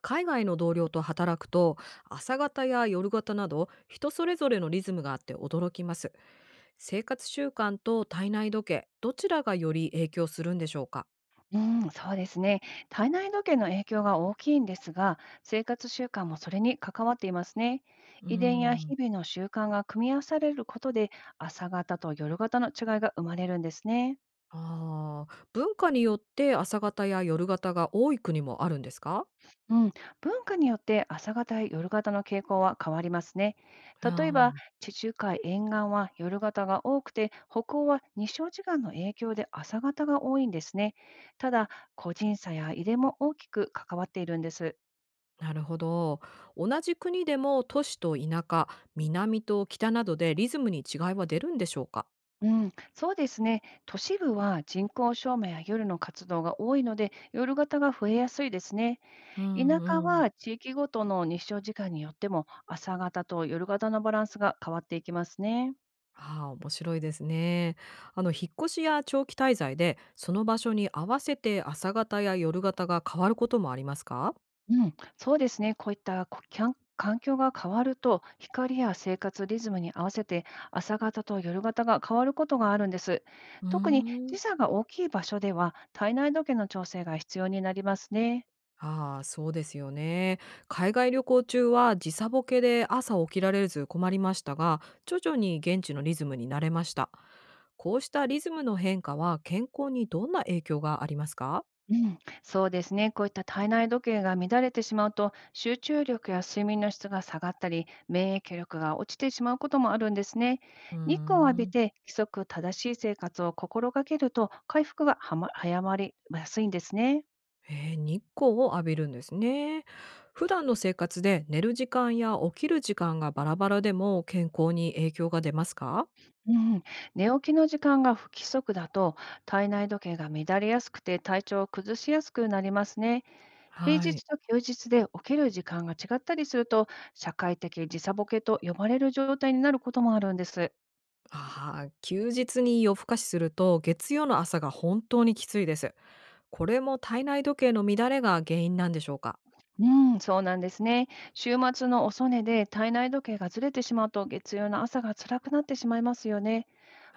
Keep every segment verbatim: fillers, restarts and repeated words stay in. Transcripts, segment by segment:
海外の同僚と働くと、朝方や夜型など人それぞれのリズムがあって驚きます。生活習慣と体内時計、どちらがより影響するんでしょうか？うん、そうですね。体内時計の影響が大きいんですが、生活習慣もそれに関わっていますね。うー遺伝やん日々の習慣が組み合わされることで、朝方と夜型の違いが生まれるんですね。あー、文化によって朝方や夜型が多い国もあるんですか？うん、文化によって朝型や夜型の傾向は変わりますね。あ例えば、ー、地中海沿岸は夜型が多くて、北欧は日照時間の影響で朝型が多いんですね。ただ、個人差や遺伝も大きく関わっているんです。なるほど。同じ国でも都市と田舎、南と北などでリズムに違いは出るんでしょうか？うん、そうですね。都市部は人口照明や夜の活動が多いので、夜型が増えやすいですね。う田舎ん。は地域ごとの日照時間によっても、朝型と夜型のバランスが変わっていきますね。ああ、面白いですね。あの、引っ越しや長期滞在で、その場所に合わせて朝方や夜方が変わることもありますか？うん、そうですね。こういったこきゃん環境が変わると、光や生活リズムに合わせて朝型と夜型が変わることがあるんです。うー特にん時差が大きい場所では、体内時計の調整が必要になりますね。ああ、そうですよね。海外旅行中は時差ボケで朝起きられず困りましたが、徐々に現地のリズムに慣れました。こうしたリズムの変化は健康にどんな影響がありますか？うん、そうですね。こういった体内時計が乱れてしまうと、集中力や睡眠の質が下がったり、免疫力が落ちてしまうこともあるんですね。うー日光を浴びんて規則正しい生活を心がけると、回復がはま早まりやすいんですね。えー、日光を浴びるんですね。普段の生活で寝る時間や起きる時間がバラバラでも健康に影響が出ますか？うん、寝起きの時間が不規則だと、体内時計が乱れやすくて体調を崩しやすくなりますね。平はい。日と休日で起きる時間が違ったりすると、社会的時差ボケと呼ばれる状態になることもあるんです。ああ、休日に夜更かしすると月曜の朝が本当にきついです。これも体内時計の乱れが原因なんでしょうか？うん、そうなんですね。週末の遅寝で体内時計がずれてしまうと、月曜の朝が辛くなってしまいますよね。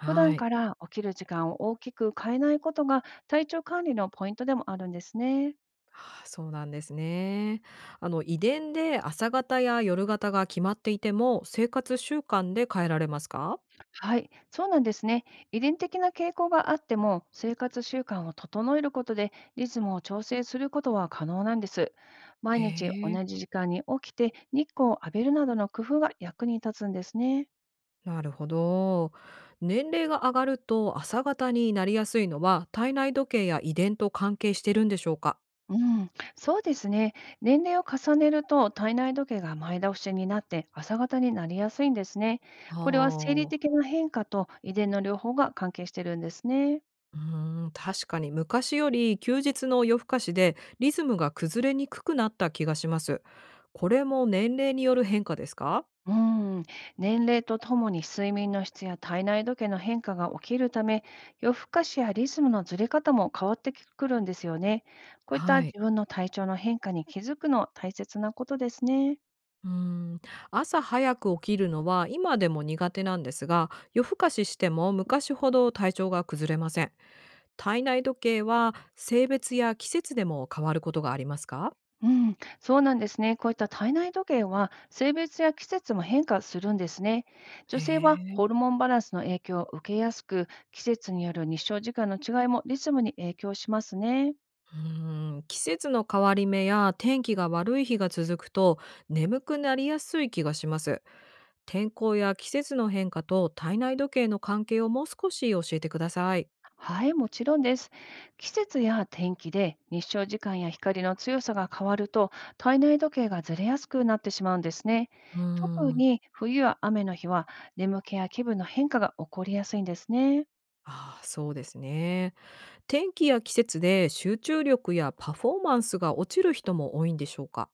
普段い。から起きる時間を大きく変えないことが、体調管理のポイントでもあるんですね。ああ、そうなんですね。あの、遺伝で朝方や夜型が決まっていても生活習慣で変えられますか？はい、そうなんですね。遺伝的な傾向があっても、生活習慣を整えることでリズムを調整することは可能なんです。毎へ日え。同じ時間に起きて日光を浴びるなどの工夫が役に立つんですね。なるほど。年齢が上がると朝方になりやすいのは、体内時計や遺伝と関係してるんでしょうか？うん、そうですね。年齢を重ねると体内時計が前倒しになって、朝方になりやすいんですね。あこれは生理あ、的な変化と遺伝の両方が関係してるんですね。うーん、確かに昔より休日の夜更かしでリズムが崩れにくくなった気がします。これも年齢による変化ですか？うん、年齢とともに睡眠の質や体内時計の変化が起きるため、夜更かしやリズムのずれ方も変わってくるんですよね。こういったはい。自分の体調の変化に気づくのは大切なことですね。うーん朝早く起きるのは今でも苦手なんですが、夜更かししても昔ほど体調が崩れません。体内時計は性別や季節でも変わることがありますか？うん、そうなんですね。こういった体内時計は性別や季節も変化するんですね。へ女性はえ。ホルモンバランスの影響を受けやすく、季節による日照時間の違いもリズムに影響しますね。うーん、季節の変わり目や天気が悪い日が続くと眠くなりやすい気がします。天候や季節の変化と体内時計の関係をもう少し教えてください。はい、もちろんです。季節や天気で日照時間や光の強さが変わると、体内時計がずれやすくなってしまうんですね。う特ーん。に冬や雨の日は、眠気や気分の変化が起こりやすいんですね。ああ、そうですね。天気や季節で集中力やパフォーマンスが落ちる人も多いんでしょうか？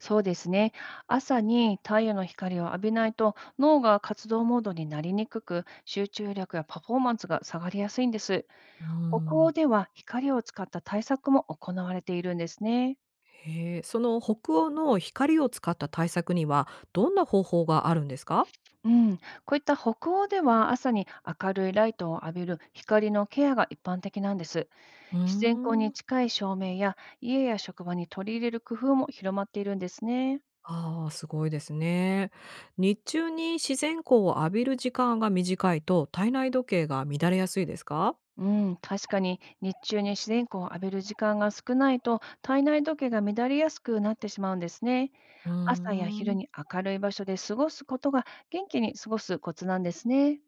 そうですね。朝に太陽の光を浴びないと脳が活動モードになりにくく、集中力やパフォーマンスが下がりやすいんです。うー北欧ん。では、光を使った対策も行われているんですね。へえ、その北欧の光を使った対策にはどんな方法があるんですか？うん、こういった北欧では、朝に明るいライトを浴びる光のケアが一般的なんです。うー自然光にん。近い照明や家や職場に取り入れる工夫も広まっているんですね。ああ、すごいですね。日中に自然光を浴びる時間が短いと、体内時計が乱れやすいですか？うん、確かに日中に自然光を浴びる時間が少ないと、体内時計が乱れやすくなってしまうんですね。うー朝や昼ん。に明るい場所で過ごすことが、元気に過ごすコツなんですね。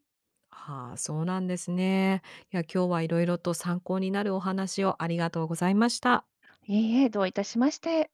はあ、そうなんですね。いや、今日はいろいろと参考になるお話をありがとうございました。いいえ、どういたしまして。